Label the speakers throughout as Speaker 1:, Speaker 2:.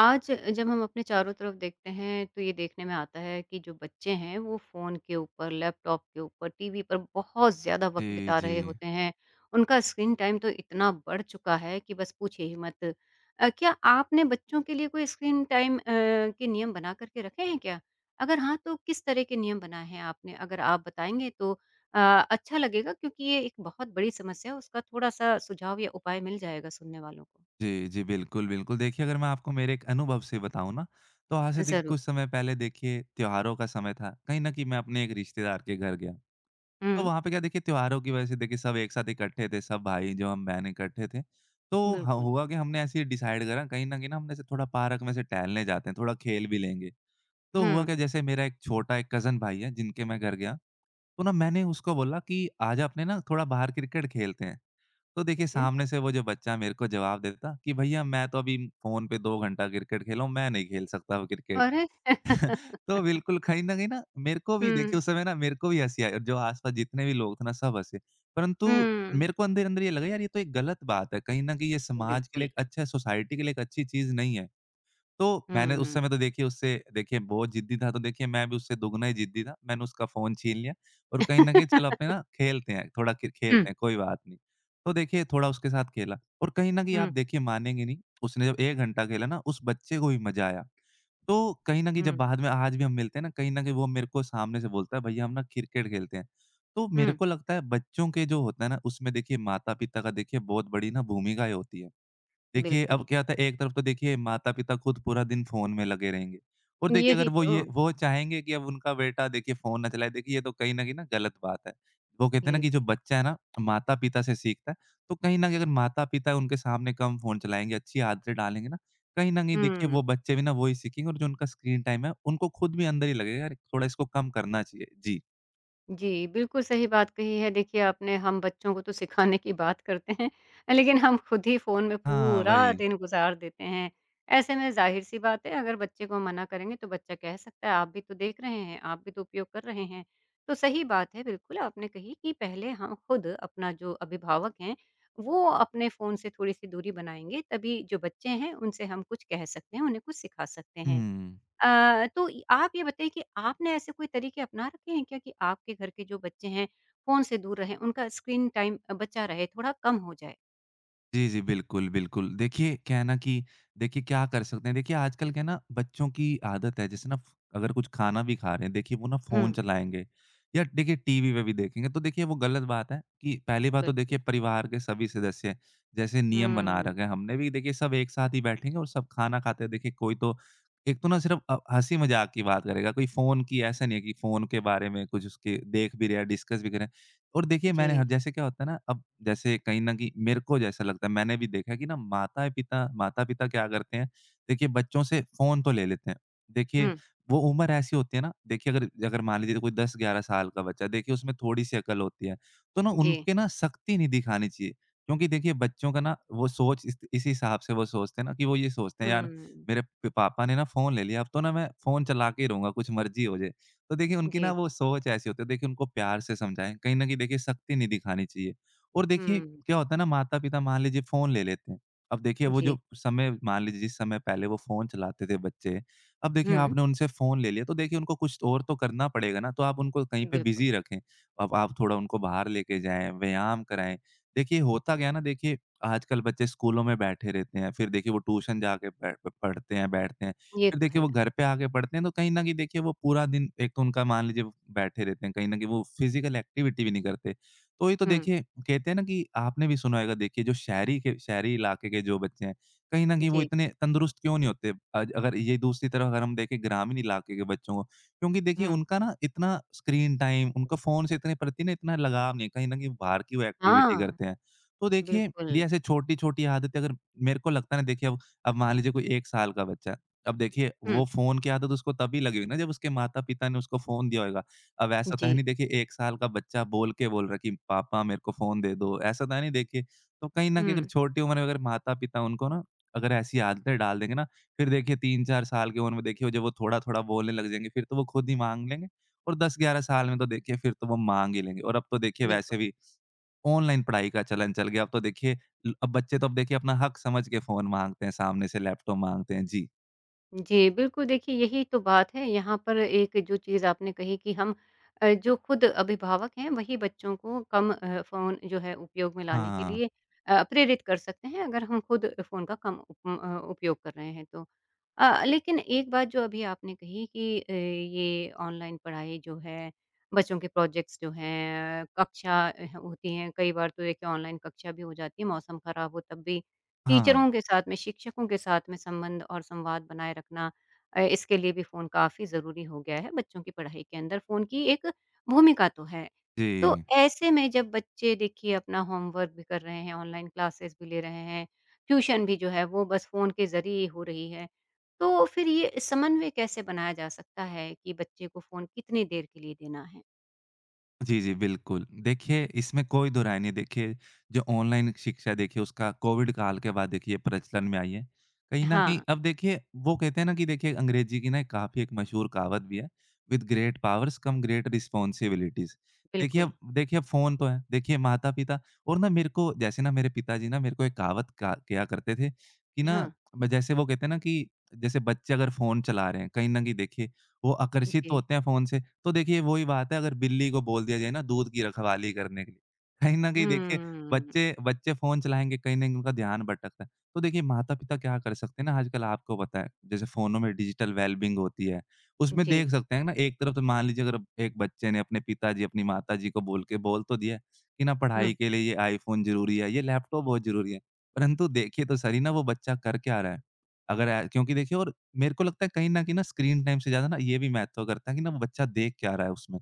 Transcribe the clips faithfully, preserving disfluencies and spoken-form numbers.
Speaker 1: आज जब हम अपने चारों तरफ देखते हैं तो ये देखने में आता है कि जो बच्चे हैं वो फ़ोन के ऊपर, लैपटॉप के ऊपर, टीवी पर बहुत ज़्यादा वक़्त
Speaker 2: जी,
Speaker 1: बिता
Speaker 2: जी।
Speaker 1: रहे होते हैं। उनका स्क्रीन टाइम तो इतना बढ़ चुका है कि बस पूछिए ही मत। अ, क्या आपने बच्चों के लिए कोई स्क्रीन टाइम अ, के नियम बना कर के रखे हैं क्या? अगर हाँ, तो किस तरह के नियम बनाए हैं आपने? अगर आप बताएँगे तो अ, अच्छा लगेगा क्योंकि ये एक बहुत बड़ी समस्या है, उसका थोड़ा-सा सुझाव या उपाय मिल जाएगा सुनने वालों को।
Speaker 2: जी, जी, बिल्कुल, बिल्कुल। देखिए, अगर मैं आपको मेरे एक अनुभव से बताऊँ ना, तो आज से देखिए
Speaker 1: ज़रूर।
Speaker 2: कुछ समय पहले देखिए त्योहारों का समय था। कहीं न कहीं मैं अपने एक रिश्तेदार के घर गया। तो
Speaker 1: हुँ,
Speaker 2: वहाँ पे क्या देखिए त्योहारों की वजह से देखिए सब एक साथ इकट्ठे थे, सब भाई जो हम बहन इकट्ठे थे। तो ह
Speaker 1: बिल्कुल।
Speaker 2: हुआ कि हमने ऐसे ही डिसाइड करा कहीं न कहीं ना हम जैसे थोड़ा पार्क में से टहलने जाते हैं, थोड़ा खेल भी लेंगे। तो हुआ
Speaker 1: हुँ,
Speaker 2: क्या जैसे मेरा एक छोटा एक कज़न भाई है जिनके मैं घर गया, तो ना मैंने उसको बोला कि आजा अपने ना थोड़ा बाहर क्रिकेट खेलते हैं। तो देखिए
Speaker 1: ठीक है।
Speaker 2: सामने से वो जो बच्चा मेरे को जवाब देता कि भैया मैं तो अभी फ़ोन पे दो घंटा क्रिकेट खेला हूँ, मैं नहीं खेल सकता वो क्रिकेट।
Speaker 1: और
Speaker 2: तो बिल्कुल कहीं न कहीं ना मेरे को भी
Speaker 1: हुँ, हुँ।
Speaker 2: देखिए उस समय ना मेरे को भी हँसी आई और जो आस-पास जितने भी लोग थे ना सब हँसे। परंतु मेरे को अंदर-अंदर ये लगा यार ये तो एक गलत बात है, कहीं न कहीं ये समाज के लिए
Speaker 1: बिल्कुल,
Speaker 2: एक अच्छा सोसाइटी के लिए एक अच्छी चीज़ नहीं है। तो मैंने उस
Speaker 1: हुँ।
Speaker 2: समय तो देखिए उससे देखिए बहुत ज़िद्दी था, तो देखिए मैं भी उससे दोगुना ही ज़िद्दी था। मैंने उसका फ़ोन छीन लिया और कहीं न कहीं चलो अपने ना खेलते हैं, थोड़ा खे
Speaker 1: हुँ,
Speaker 2: खेलते हैं, कोई बात नहीं। तो देखिए थोड़ा उसके साथ खेला और कहीं न कहीं आप
Speaker 1: हुँ,
Speaker 2: देखिए मानेंगे नहीं, उसने जब एक घंटा खेला ना, उस बच्चे को भी मज़ा आया। तो कहीं न कहीं जब
Speaker 1: हुँ,
Speaker 2: बाद में आज भी हम मिलते हैं ना, कहीं न कहीं वो मेरे को सामने से बोलता है, "भैया हम ना क्रिकेट खेलते हैं।" तो मेरे
Speaker 1: हुँ,
Speaker 2: को लगता है बच्चों के जो होता है ना, उसमें देखिए माता-पिता का देखिए बहुत बड़ी ना भूमिकाएँ होती है। देखिए,
Speaker 1: बिल्कुल।
Speaker 2: अब क्या होता है एक तरफ तो देखिए माता-पिता खुद पूरा दिन फ़ोन में लगे रहेंगे और देखिए
Speaker 1: यही
Speaker 2: अगर वो
Speaker 1: तो,
Speaker 2: ये वो चाहेंगे कि अब उनका बेटा देखिए फ़ोन ना चलाए, देखिए ये तो कहीं न कहीं ना गलत बात है। वो कहते हैं ना
Speaker 1: ये
Speaker 2: कि जो
Speaker 1: भी
Speaker 2: बच्चा है ना माता-पिता से सीखता है, तो कहीं न कहीं अगर माता-पिता उनके सामने कम फ़ोन चलाएँगे, अच्छी आदतें डालेंगे ना, कहीं न कहीं देखिए
Speaker 1: हुँ।
Speaker 2: वो बच्चे भी ना वही सीखेंगे और जो उनका स्क्रीन टाइम है, उनको खुद भी अंदर ही लगेगा यार थोड़ा इसको कम करना चाहिए। जी।
Speaker 1: जी, बिल्कुल सही बात कही है। देखिए आपने हम बच्चों को तो सिखाने की बात करते हैं, लेकिन हम खुद ही फ़ोन में
Speaker 2: हाँ,
Speaker 1: पूरा
Speaker 2: वही।
Speaker 1: दिन गुज़ार देते हैं। ऐसे में ज़ाहिर-सी बात है अगर बच्चे को मना करेंगे तो बच्चा कह सकता है आप भी तो देख रहे हैं, आप भी तो उपयोग कर रहे हैं। तो सही बात है बिल्कुल आपने कही कि पहले हम खुद अपना जो अभिभावक हैं, वो अपने फ़ोन से थोड़ी-सी दूरी बनाएँगे तभी जो बच्चे हैं उनसे हम कुछ कह सकते हैं, उन्हें कुछ सिखा सकते हैं।
Speaker 2: हुँ।
Speaker 1: अ, तो इ आप ये बताइए कि आपने ऐसे कोई तरीके अपना रखे हैं क्या कि आपके घर के जो बच्चे हैं, फ़ोन से दूर रहें, उनका स्क्रीन टाइम अ, बचा रहे, थोड़ा कम हो जाए?
Speaker 2: जी, जी। बिल्कुल, बिल्कुल। देखिए क्या है ना कि देखिए क्या कर सकते हैं, देखिए आजकल क्या है ना बच्चों की आदत है जैसे ना फ अगर कुछ खाना भी खा रहे हैं देखिए वो ना फ़ोन
Speaker 1: हुँ,
Speaker 2: चलाएँगे या देखिए टीवी पे भी देखेंगे। तो देखिए वो गलत बात है कि पहली बात तो
Speaker 1: बिल्कुल।
Speaker 2: देखिए परिवार के सभी सदस्य जैसे नियम बना
Speaker 1: हुँ,
Speaker 2: रखे हैं हमने भी देखिए सब एक साथ ही बैठेंगे और सब खाना खाते हैं। देखिए कोई तो एक तो ना सिर्फ़ अ, हँसी-मज़ाक की बात करेगा, कोई फ़ोन की ऐसा नहीं है कि फ़ोन के बारे में कुछ उसके देख भी रहे हैं, डिस्कस भी करें। और देखिए मैंने
Speaker 1: जी।
Speaker 2: हर जैसे क्या होता है ना अब जैसे कहीं न कहीं मेरे को जैसा लगता है मैंने भी देखा है कि ना माता-पिता माता-पिता क्या करते हैं, देखिए बच्चों से फ़ोन तो ले लेते हैं। देखिए
Speaker 1: हुँ,
Speaker 2: वो उम्र ऐसी होती है ना देखिए अगर अगर मान लीजिए कोई दस ग्यारह साल का बच्चा है देखिए उसमें थोड़ी-सी अकल होती है, तो ना
Speaker 1: जी।
Speaker 2: उनपे ना सख्ती नहीं दिखानी चाहिए। क्योंकि देखिए बच्चों का ना वो सोच इस इस हिसाब से वो सोचते हैं ना कि वो ये सोचते हैं यार
Speaker 1: हुँ,
Speaker 2: मेरे प पापा ने ना फ़ोन ले लिया अब तो ना मैं फ़ोन चला के ही रहूँगा कुछ मर्ज़ी हो जाए। तो देखिए उनकी
Speaker 1: जी।
Speaker 2: ना वो सोच ऐसी होती है देखिए उनको प्यार से समझाएँ, कहीं न कहीं देखिए सख्ती नहीं दिखानी चाहिए। और देखिए
Speaker 1: हुँ,
Speaker 2: क्या होता है ना माता-पिता मान लीजिए फ़ोन ले लेते हैं। अब देखिए वो
Speaker 1: जी।
Speaker 2: जो समय मान लीजिए जिस समय पहले वो फ़ोन चलाते थे बच्चे, अब देखिए
Speaker 1: हुँ,
Speaker 2: आपने उनसे फ़ोन ले लिया तो देखिए उनको कुछ और तो करना पड़ेगा ना, तो आप उनको कहीं पे
Speaker 1: बिल्कुल,
Speaker 2: बिज़ी रखें। अब आप थोड़ा उनको बाहर लेके जाएँ, व्यायाम कराएँ। देखिए होता क्या है ना देखिए आजकल बच्चे स्कूलों में बैठे रहते हैं, फिर देखिए वो ट्यूशन जाके बै पढ़ते हैं, बैठते हैं।
Speaker 1: ये
Speaker 2: फिर
Speaker 1: तो
Speaker 2: देखिए
Speaker 1: है।
Speaker 2: वो घर पे आके पढ़ते हैं तो कहीं न कहीं देखिए वो पूरा दिन एक तो उनका मान लीजिए वो बैठे रहते हैं, कहीं न कहीं वो फ़िज़िकल एक्टिविटी भी नहीं करते। तो ये तो
Speaker 1: हुँ,
Speaker 2: देखिए कहते हैं ना कि आपने भी सुना होगा देखिए जो शहरी के शहरी इलाके के जो बच्चे हैं, कहीं न कहीं वो
Speaker 1: जी।
Speaker 2: इतने तंदुरुस्त क्यों नहीं होते? आज अगर ये दूसरी तरफ अगर हम देखें ग्रामीण इलाके के बच्चों को, क्योंकि देखिए
Speaker 1: हुँ,
Speaker 2: उनका ना इतना स्क्रीन टाइम, उनका फ़ोन से इतने प्रति ना इतना लगाव नहीं है, कहीं न कहीं बाहर की वो एक्टिविटी
Speaker 1: हाँ,
Speaker 2: करते हैं। तो देखिए,
Speaker 1: बिल्कुल।
Speaker 2: ये ऐसे छोटी-छोटी आदतें अगर मेरे को लगता है ना देखिए अब अब मान लीजिए कोई एक साल का बच्चा है। अब देखिए
Speaker 1: हुँ,
Speaker 2: वो फ़ोन की आदत उसको तभी लगी होगी ना जब उसके माता-पिता ने उसको फ़ोन दिया होगा। अब ऐसा तो
Speaker 1: जी।
Speaker 2: है नहीं देखिए एक साल का बच्चा बोल के बोल रहा है कि पापा मेरे को फ़ोन दे दो, ऐसा तो है नहीं देखिए। तो कहीं न कहीं अगर
Speaker 1: हुँ,
Speaker 2: छोटी उम्र में अगर माता-पिता उनको ना अगर ऐसी आदतें डाल देंगे ना, फिर देखिए तीन चार साल की उम्र में देखिए जब वो थोड़ा-थोड़ा बोलने लग जाएँगे फिर तो वो खुद ही माँग लेंगे और दस ग्यारह साल में तो देखिए फिर तो वो माँग ही लेंगे। और अब तो देखिए वैसे
Speaker 1: बिल्कुल।
Speaker 2: भी ऑनलाइन पढ़ाई का चलन चल गया। अब तो देखिए ल अब बच्चे तो अब देखिए अपना हक समझ के फ़ोन माँगते हैं, सामने से लैपटॉप माँगते हैं। जी।
Speaker 1: जी, बिल्कुल देखिए यही तो बात है, यहाँ पर एक जो चीज़ आपने कही कि हम अ, जो खुद अभिभावक हैं वही बच्चों को कम अ, फ़ोन जो है उपयोग में लाने के
Speaker 2: हाँ।
Speaker 1: लिए अ, प्रेरित कर सकते हैं अगर हम खुद फ़ोन का कम उप अ, उपयोग कर रहे हैं तो। अ, लेकिन एक बात जो अभी आपने कही कि अ, ये ऑनलाइन पढ़ाई जो है, बच्चों के प्रोजेक्ट्स जो हैं, कक्षा अ, होती हैं, कई बार तो देखिए ऑनलाइन कक्षा भी हो जाती है, मौसम खराब हो तब भी
Speaker 2: हाँ,
Speaker 1: टीचरों के साथ में, शिक्षकों के साथ में संबंध और संवाद बनाए रखना अ, इसके लिए भी फ़ोन काफ़ी ज़रूरी हो गया है, बच्चों की पढ़ाई के अंदर फ़ोन की एक भूमिका तो है। तो
Speaker 2: जी।
Speaker 1: ऐसे में जब बच्चे देखिए अपना होमवर्क भी कर रहे हैं, ऑनलाइन क्लासेस भी ले रहे हैं, ट्यूशन भी जो है वो बस फ़ोन के ज़रिए ही हो रही है। तो फिर ये समन्वय कैसे बनाया जा सकता है कि बच्चे को फ़ोन कितनी देर के लिए देना है?
Speaker 2: जी, जी, बिल्कुल। देखिए, इसमें कोई दोहराय नहीं, देखिए, जो ऑनलाइन शिक्षा देखिए उसका कोविड काल के बाद देखिए प्रचलन में आई है। कहीं न कहीं
Speaker 1: हाँ,
Speaker 2: अब देखिए वो कहते हैं ना कि देखिए अंग्रेजी की ना काफ़ी एक मशहूर कहावत भी है, "with great powers come great responsibilities". देखिए
Speaker 1: बिल्कुल।
Speaker 2: अब देखिए अब फ़ोन तो है, देखिए माता-पिता और ना मेरे को जैसे ना मेरे पिताजी ना मेरे को एक कहावत का किया करते थे कि ना
Speaker 1: हाँ,
Speaker 2: जैसे वो कहते हैं ना कि जैसे बच्चे अगर फ़ोन चला रहे हैं, कहीं न कहीं देखिए वो आकर्षित
Speaker 1: जी।
Speaker 2: होते हैं फ़ोन से। तो देखिए वही बात है अगर बिल्ली को बोल दिया जाए ना दूध की रखवाली करने के लिए, कहीं न कहीं देखिए
Speaker 1: हुँ।
Speaker 2: बच्चे बच्चे फ़ोन चलाएँगे, कहीं न कहीं उनका ध्यान भटकता है। तो देखिए माता-पिता क्या कर सकते हैं ना आजकल आपको पता है, जैसे फ़ोनों में डिजिटल वेलबीइंग होती है, उसमें
Speaker 1: जी।
Speaker 2: देख सकते हैं ना एक तरफ तो मान लीजिए अगर एक बच्चे ने अपने पिताजी, अपनी माताजी को बोल के बोल तो दिया है कि ना
Speaker 1: हुँ,
Speaker 2: पढ़ाई के लिए ये आईफ़ोन ज़रूरी है, ये लैपटॉप बहुत ज़रूरी है। परंतु देखिए तो सही ना वो बच्चा कर क्या रहा है? अगर ए क्योंकि देखिए और मेरे को लगता है कहीं न कहीं ना स्क्रीन टाइम से ज़्यादा ना ये भी महत्व करता है कि ना वो बच्चा देख क्या रहा है उसमें।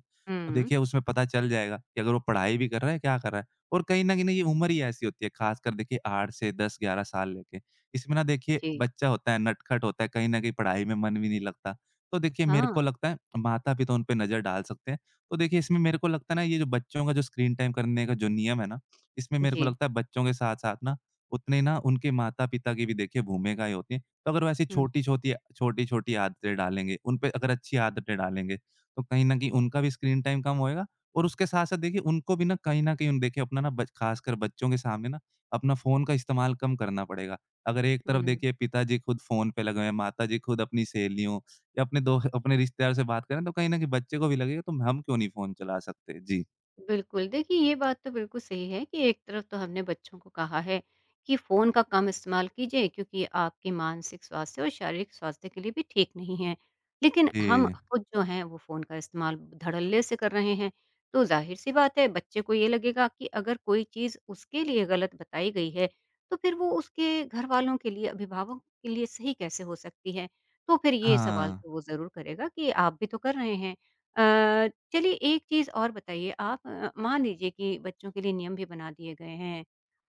Speaker 2: तो
Speaker 1: हुँ।
Speaker 2: देखिए उसमें पता चल जाएगा कि अगर वो पढ़ाई भी कर रहा है, क्या कर रहा है। और कहीं न कहीं ना ये उम्र ही ऐसी होती है ख़ासकर देखिए आठ से दस ग्यारह साल लेके। इसमें ना देखिए
Speaker 1: जी।
Speaker 2: बच्चा होता है, नटखट होता है, कहीं न कहीं पढ़ाई में मन भी नहीं लगता। तो देखिए मेरे को
Speaker 1: हाँ।
Speaker 2: लगता है माता-पिता उन पे नज़र डाल सकते हैं। तो देखिए इसमें मेरे को लगता है ना ये जो बच्चों का जो स्क्रीन टाइम करने का जो नियम है ना, इसमें मेरे को
Speaker 1: जी।
Speaker 2: लगता है बच्चों के साथ-साथ ना उतने ना उनके माता-पिता की भी देखिए भूमिका ही होती है। तो अगर वो ऐसी
Speaker 1: हुँ,
Speaker 2: छोटी-छोटी छोटी-छोटी आदतें डालेंगे, उन पे अगर अच्छी आदतें डालेंगे, तो कहीं न कहीं उनका भी स्क्रीन टाइम कम होएगा और उसके साथ-साथ देखिए उनको भी ना कहीं न कहीं उन- देखिए अपना ना बच ख़ासकर बच्चों के सामने ना अपना फ़ोन का इस्तेमाल कम करना पड़ेगा। अगर एक तरफ
Speaker 1: हुँ।
Speaker 2: देखिए पिताजी खुद फ़ोन पे लगे हुए हैं, माताजी खुद अपनी सहेलियों या अपने दो अपने रिश्तेदार से बात करें, तो कहीं न कहीं बच्चे को भी लगेगा तो हम क्यों नहीं फ़ोन चला सकते? जी।
Speaker 1: बिल्कुल, देखिए ये बात तो बिल्कुल सही है कि एक तरफ तो हमने बच्चों को कहा है कि फ़ोन का कम इस्तेमाल कीजिए क्योंकि ये आपके मानसिक स्वास्थ्य और शारीरिक स्वास्थ्य के लिए भी ठीक नहीं है। लेकिन हम
Speaker 2: जी।
Speaker 1: खुद जो हैं वो फ़ोन का इस्तेमाल धड़ल्ले से कर रहे हैं, तो ज़ाहिर-सी बात है बच्चे को ये लगेगा कि अगर कोई चीज़ उसके लिए गलत बताई गई है, तो फिर वो उसके घरवालों के लिए, अभिभावक के लिए सही कैसे हो सकती है? तो फिर ये सवाल
Speaker 2: हाँ।
Speaker 1: तो वो ज़रूर करेगा कि आप भी तो कर रहे हैं। अ, चलिए एक चीज़ और बताइए आप अ, मान लीजिए कि बच्चों के लिए नियम भी बना दिए गए हैं।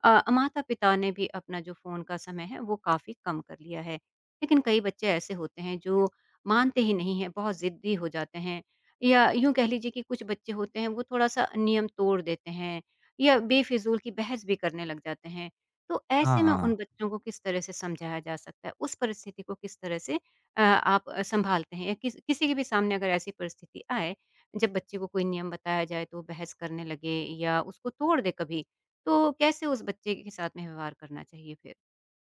Speaker 1: अ, माता-पिता ने भी अपना जो फ़ोन का समय है वो काफ़ी कम कर लिया है। लेकिन कई बच्चे ऐसे होते हैं जो मानते ही नहीं हैं, बहुत ज़िद्दी हो जाते हैं या यूँ कह लीजिए कि कुछ बच्चे होते हैं वो थोड़ा-सा नियम तोड़ देते हैं या बेफिज़ूल की बहस भी करने लग जाते हैं। तो
Speaker 2: हाँ,
Speaker 1: ऐसे में
Speaker 2: हाँ।
Speaker 1: उन बच्चों को किस तरह से समझाया जा सकता है? उस परिस्थिति को किस तरह से अ, आप अ, संभालते हैं या किस किसी के भी सामने अगर ऐसी परिस्थिति आए, जब बच्चे को कोई नियम बताया जाए तो वो बहस करने लगे या उसको तोड़ दे कभी, तो कैसे उस बच्चे के साथ में व्यवहार करना चाहिए फिर?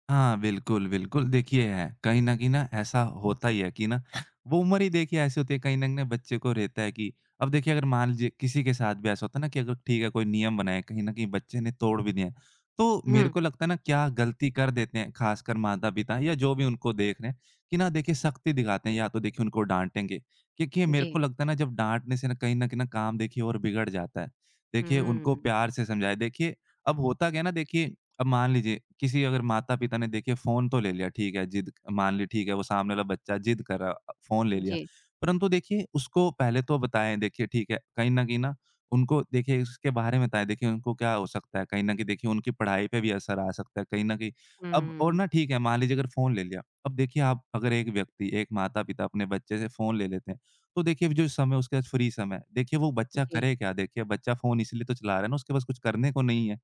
Speaker 2: हाँ, बिल्कुल, बिल्कुल। देखिए है, कहीं न कहीं ना ऐसा होता ही है कि ना वो उम्र ही देखिए ऐसी होती है कहीं न कहीं ना बच्चे को रहता है कि अब देखिए अगर मान लीजिए किसी के साथ भी ऐसा होता है ना कि अगर ठीक है कोई नियम बनाए, कहीं न कहीं बच्चे ने तोड़ भी दिए। तो मेरे
Speaker 1: हुँ,
Speaker 2: को लगता है ना क्या गलती कर देते हैं ख़ासकर माता-पिता या जो भी उनको देख रहे हैं कि ना देखिए सख्ती दिखाते हैं या तो देखिए उनको डाँटेंगे। क्योंकि मेरे
Speaker 1: जी।
Speaker 2: को लगता है ना जब डाँटने से ना कहीं न कहीं ना काम देखिए और बिगड़ जाता है। देखिए उनको
Speaker 1: हुँ,
Speaker 2: प्यार से समझाएँ। देखिए अब होता क्या है ना देखिए अब मान लीजिए किसी अगर माता-पिता ने देखिए फ़ोन तो ले लिया, ठीक है, जिद मान ली ठीक है, वो सामने वाला बच्चा जिद कर रहा, अ, फ़ोन ले लिया।
Speaker 1: जी।
Speaker 2: परंतु देखिए उसको पहले तो बताएँ देखिए ठीक है, कहीं न कहीं ना उनको देखिए इसके बारे में बताएँ, देखिए उनको क्या हो सकता है, कहीं न कहीं देखिए उनकी पढ़ाई पे भी असर आ सकता है कहीं न कहीं। अब और
Speaker 1: हुँ,
Speaker 2: ना ठीक है, मान लीजिए अगर फ़ोन ले लिया, अब देखिए आप अगर एक व्यक्ति, एक माता-पिता अपने बच्चे से फ़ोन ले लेते हैं, तो देखिए जो समय उसके पास फ्री समय है, देखिए वो बच्चा
Speaker 1: जी,
Speaker 2: करे क्या? देखिए बच्चा फ़ोन इसलिए तो चला रहा है ना, उसके पास कुछ करने को नहीं है।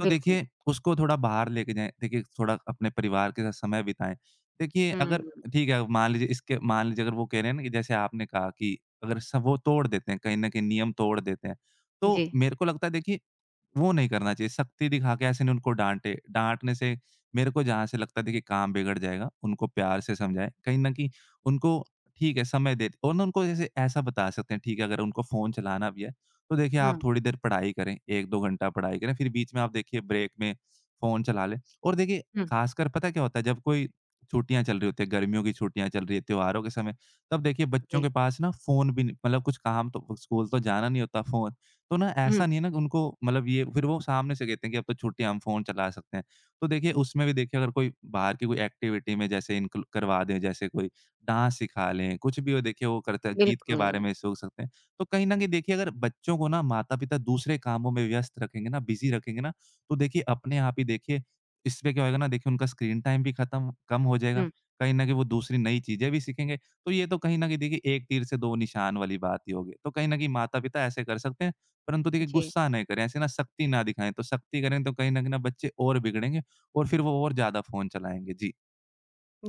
Speaker 2: तो
Speaker 1: बिल्कुल।
Speaker 2: देखिए, उसको थोड़ा बाहर लेके जाएँ, देखिए थोड़ा अपने परिवार के साथ समय बिताएँ। देखिए
Speaker 1: हुँ,
Speaker 2: अगर ठीक है, मान लीजिए इसके मान लीजिए अगर वो कह रहे हैं ना कि जैसे आपने कहा कि अगर स वो तोड़ देते हैं, कहीं न कहीं नियम तोड़ देते हैं, तो
Speaker 1: जी।
Speaker 2: मेरे को लगता है देखिए, वो नहीं करना चाहिए। सख्ती दिखा के ऐसे नहीं उनको डाँटे, डाँटने से मेरे को जहाँ से लगता है देखिए काम बिगड़ जाएगा, उनको प्यार से समझाएँ। कहीं न कहीं उनको ठीक है, समय दे और ना उनको जैसे ऐसा बता सकते हैं, ठीक है, अगर उनको फ़ोन चलाना भी है, तो देखिए आप
Speaker 1: हाँ,
Speaker 2: थोड़ी देर पढ़ाई करें, एक दो घंटा पढ़ाई करें, फिर बीच में आप देखिए ब्रेक में फ़ोन चला लें। और देखिए
Speaker 1: हुँ,
Speaker 2: ख़ासकर पता है क्या होता है जब कोई छुट्टियाँ चल रही होती है, गर्मियों की छुट्टियाँ चल रही है, त्योहारों के समय, तब देखिए बच्चों
Speaker 1: जी।
Speaker 2: के पास ना फ़ोन भी नहीं मतलब कुछ काम तो स्कूल तो जाना नहीं होता, फ़ोन तो ना
Speaker 1: हुँ,
Speaker 2: ऐसा नहीं है ना कि उनको मतलब ये फिर वो सामने से कहते हैं कि अब तो छुट्टी है हम फ़ोन चला सकते हैं। तो देखिए उसमें भी देखिए अगर कोई बाहर की कोई एक्टिविटी में जैसे इनको करवा दें, जैसे कोई डांस सिखा लें, कुछ भी हो देखिए वो करते हैं, गीत के
Speaker 1: बिल्कुल।
Speaker 2: बारे में सोच सकते हैं। तो कहीं न कहीं देखिए अगर बच्चों को ना माता-पिता दूसरे कामों में व्यस्त रखेंगे ना, बिज़ी रखेंगे ना, तो देखिए अपने आप ही देखिए इससे क्या होएगा ना देखिए उनका स्क्रीन टाइम भी खत्म कम हो जाएगा।
Speaker 1: हुँ,
Speaker 2: कहीं न कहीं वो दूसरी नई चीज़ें भी सीखेंगे। तो ये तो कहीं न कहीं देखिए एक तीर से दो निशान वाली बात ही होगी। तो कहीं न कहीं माता-पिता ऐसे कर सकते हैं, परंतु देखिए
Speaker 1: जी।
Speaker 2: गुस्सा नहीं करें, ऐसे ना सख्ती ना दिखाएँ। तो सख्ती करें तो कहीं न कहीं ना बच्चे और बिगड़ेंगे और फिर वो और ज़्यादा फ़ोन चलाएँगे। जी।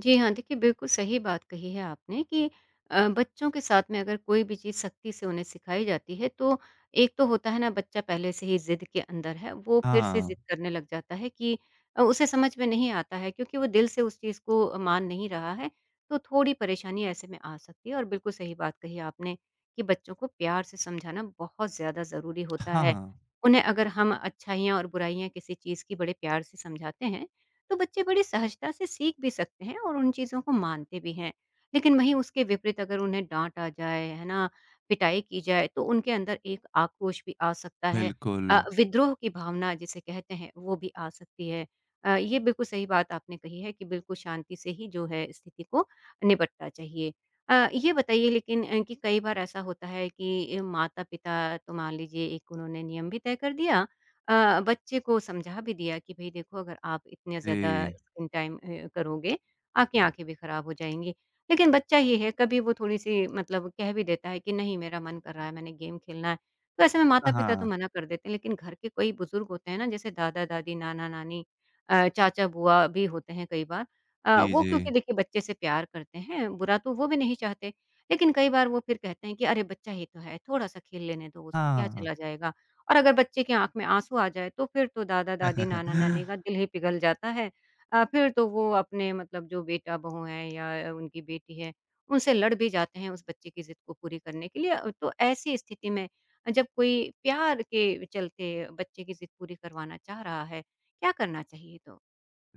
Speaker 1: जी हाँ, देखिए बिल्कुल सही बात कही है आपने कि अ, बच्चों के साथ में अगर कोई भी चीज़ सख्ती से उन्हें सिखाई जाती है तो एक तो होता है ना बच्चा पहले से ही ज़िद के अंदर है, वो फिर से
Speaker 2: हाँ।
Speaker 1: ज़िद करने लग जाता है कि अ, उसे समझ में नहीं आता है क्योंकि वो दिल से उस चीज़ को मान नहीं रहा है, तो थोड़ी परेशानी ऐसे में आ सकती है और बिल्कुल सही बात कही आपने कि बच्चों को प्यार से समझाना बहुत ज़्यादा ज़रूरी होता है।
Speaker 2: हाँ,
Speaker 1: उन्हें अगर हम अच्छाइयाँ और बुराइयाँ किसी चीज़ की बड़े प्यार से समझाते हैं तो बच्चे बड़ी सहजता से सीख भी सकते हैं और उन चीज़ों को मानते भी हैं। लेकिन वहीं उसके विपरीत अगर उन्हें डाँट आ जाए, है ना? पिटाई की जाए, तो उनके अंदर एक आक्रोश भी आ सकता है।
Speaker 2: बिल्कुल।
Speaker 1: अ, विद्रोह की भावना जिसे कहते हैं, वो भी आ सकती है। अ, ये बिल्कुल सही बात आपने कही है कि बिल्कुल शांति से ही जो है स्थिति को निपटना चाहिए। अ, ये बताइए लेकिन अ, कि कई बार ऐसा होता है कि माता-पिता तो मान लीजिए एक उन्होंने नियम भी तय कर दिया अ, बच्चे को समझा भी दिया कि भई देखो अगर आप इतने ज़्यादा
Speaker 2: जी।
Speaker 1: स्क्रीन टाइम अ, करोगे, आपकी आँखें भी खराब हो जाएँगी। लेकिन बच्चा ये है कभी वो थोड़ी-सी मतलब कह भी देता है कि नहीं मेरा मन कर रहा है, मैंने गेम खेलना है। तो ऐसे में
Speaker 2: हाँ,
Speaker 1: माता-पिता तो
Speaker 2: हाँ।
Speaker 1: मना कर देते हैं, लेकिन घर के कोई बुज़ुर्ग होते हैं ना जैसे दादा-दादी, नाना-नानी अ, चाचा-बुआ भी होते हैं कई बार। अ,
Speaker 2: जी,
Speaker 1: वो क्योंकि
Speaker 2: जी।
Speaker 1: देखिए बच्चे से प्यार करते हैं, बुरा तो वो भी नहीं चाहते। लेकिन कई बार वो फिर कहते हैं कि अरे बच्चा ही तो है, थोड़ा-सा खेल लेने दो उसको, क्या
Speaker 2: हाँ।
Speaker 1: चला जाएगा। और अगर बच्चे की आँख में आँसू आ जाए, तो फिर तो दादा-दादी, नाना-नानी का दिल ही पिघल जाता है। अ, फिर तो वो अपने मतलब जो बेटा-बहू हैं या उनकी बेटी है, उनसे लड़ भी जाते हैं उस बच्चे की ज़िद को पूरी करने के लिए। अ, तो ऐसी स्थिति में अ, जब कोई प्यार के चलते बच्चे की ज़िद पूरी करवाना चाह रहा है, क्या करना चाहिए तो?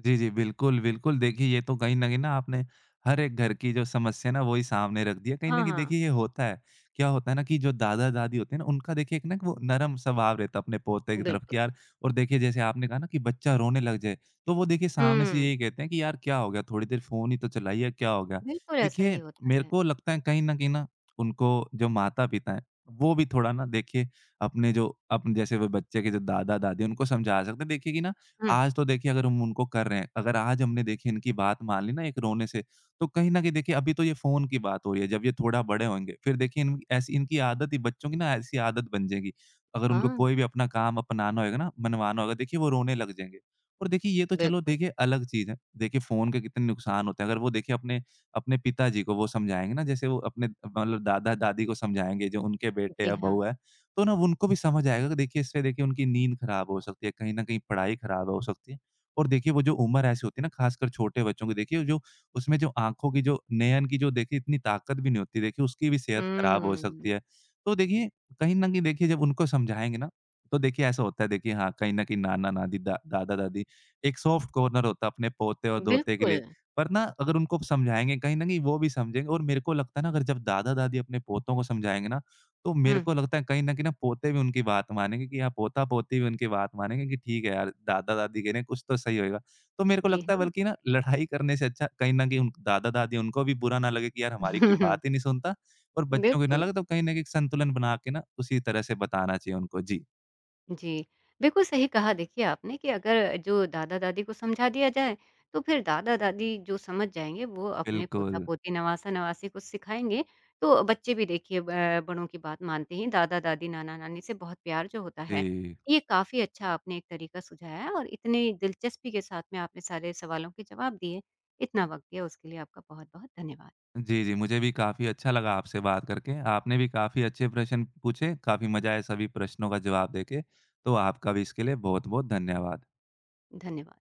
Speaker 2: जी, जी। बिल्कुल, बिल्कुल। देखिए, ये तो कहीं न कहीं ना आपने हर एक घर की जो समस्या है ना, वो ही सामने रख दी है। कहीं न
Speaker 1: हाँ,
Speaker 2: कहीं
Speaker 1: हाँ,
Speaker 2: देखिए ये होता है। क्या होता है ना कि जो दादा-दादी होते हैं ना, उनका देखिए एक ना वो नरम स्वभाव रहता है अपने पोते की तरफ कि
Speaker 1: बिल्कुल।
Speaker 2: यार और देखिए जैसे आपने कहा ना कि बच्चा रोने लग जाए, तो वो देखिए सामने से
Speaker 1: हुँ,
Speaker 2: यही कहते हैं कि यार क्या हो गया? थोड़ी देर फ़ोन ही तो चलाइए, क्या हो गया?
Speaker 1: बिल्कुल ऐसा ही
Speaker 2: देखिए,
Speaker 1: होता
Speaker 2: मेरे
Speaker 1: है।
Speaker 2: को लगता है कहीं न कहीं ना उनको जो माता-पिता हैं, वो भी थोड़ा ना देखिए अपने जो अपन जैसे वो बच्चे के जो दादा-दादी हैं, उनको समझा सकते हैं। देखिए कि ना
Speaker 1: हुँ,
Speaker 2: आज तो देखिए अगर हम उनको कर रहे हैं, अगर आज हमने देखिए इनकी बात मान ली ना एक रोने से, तो कहीं न कहीं देखिए अभी तो ये फ़ोन की बात हो रही है, जब ये थोड़ा बड़े होंगे, फिर देखिए इन ऐसी इनकी आदत ही बच्चों की ना ऐसी आदत बन जाएगी। अगर उनको
Speaker 1: हाँ,
Speaker 2: कोई भी अपना काम अपनाना होएगा ना, मनवाना होगा, देखिए वो रोने लग जाएँगे। और देखिए ये तो चलो
Speaker 1: बिल्कुल।
Speaker 2: देखिए अलग चीज़ है, देखिए फ़ोन के कितने नुकसान होते हैं, अगर वो देखिए अपने अपने पिताजी को वो समझाएँगे ना, जैसे वो अपने मतलब दादा-दादी को समझाएँगे, जो उनके बेटे
Speaker 1: जी
Speaker 2: या
Speaker 1: हाँ।
Speaker 2: बहू है। तो ना उनको भी समझ आएगा कि देखिए इससे देखिए उनकी नींद खराब हो सकती है, कहीं न कहीं पढ़ाई खराब हो सकती है। और देखिए वो जो उम्र ऐसी होती है ना ख़ासकर छोटे बच्चों की देखिए जो उसमें जो आँखों की जो नयन की जो देखिए इतनी ताकत भी नहीं होती देखिए उसकी भी सेहत खराब हो
Speaker 1: हुँ,
Speaker 2: सकती है। तो देखिए कहीं न कहीं देखिए जब उनको समझाएँगे ना तो देखिए ऐसा होता है देखिए हाँ, कहीं न कहीं नाना-नानी, दा दादा-दादी एक सॉफ्ट कॉर्नर होता है अपने पोते और दोते के
Speaker 1: बिल्कुल।
Speaker 2: लिए। पर ना अगर उनको समझाएँगे कहीं न कहीं वो भी समझेंगे और मेरे को लगता है ना अगर जब दादा-दादी अपने पोतों को समझाएँगे ना तो मेरे
Speaker 1: हुँ,
Speaker 2: को लगता है कहीं न कहीं ना पोते भी उनकी बात मानेंगे कि हाँ, पोता-पोती भी उनकी बात मानेंगे कि ठीक है यार, दादा-दादी कह रहे हैं कुछ तो सही होएगा। तो मेरे को
Speaker 1: जी
Speaker 2: लगता है
Speaker 1: हाँ।
Speaker 2: बल्कि ना लड़ाई करने से अच्छा कहीं न कहीं उन दादा-दादी उनको भी बुरा ना लगे कि यार हमारी कोई बात ही नहीं सुनता और बच्चों को ना
Speaker 1: बिल्कुल,
Speaker 2: लगे तो कहीं न कहीं एक संतुलन बना के ना उसी तरह से बताना चाहिए उनको। जी।
Speaker 1: जी। बिल्कुल सही कहा देखिए आपने कि अगर जो दादा-दादी को समझा दिया जाए, तो फिर दादा-दादी जो समझ जाएँगे वो अपने
Speaker 2: बिल्कुल।
Speaker 1: पोता-पोती, नवासा-नवासी को सिखाएँगे, तो बच्चे भी देखिए ब बड़ों की बात मानते हैं, दादा-दादी, नाना-नानी से बहुत प्यार जो होता है।
Speaker 2: जी।
Speaker 1: ये काफ़ी अच्छा आपने एक तरीका सुझाया है और इतनी दिलचस्पी के साथ में आपने सारे सवालों के जवाब दिए। इतना वक़्त दिया उसके लिए आपका बहुत-बहुत धन्यवाद।
Speaker 2: जी, जी, मुझे भी काफ़ी अच्छा लगा आपसे बात करके। आपने भी काफ़ी अच्छे प्रश्न पूछे, काफ़ी मज़ा आया सभी प्रश्नों का जवाब देके। तो आपका भी इसके लिए बहुत-बहुत धन्यवाद।
Speaker 1: धन्यवाद।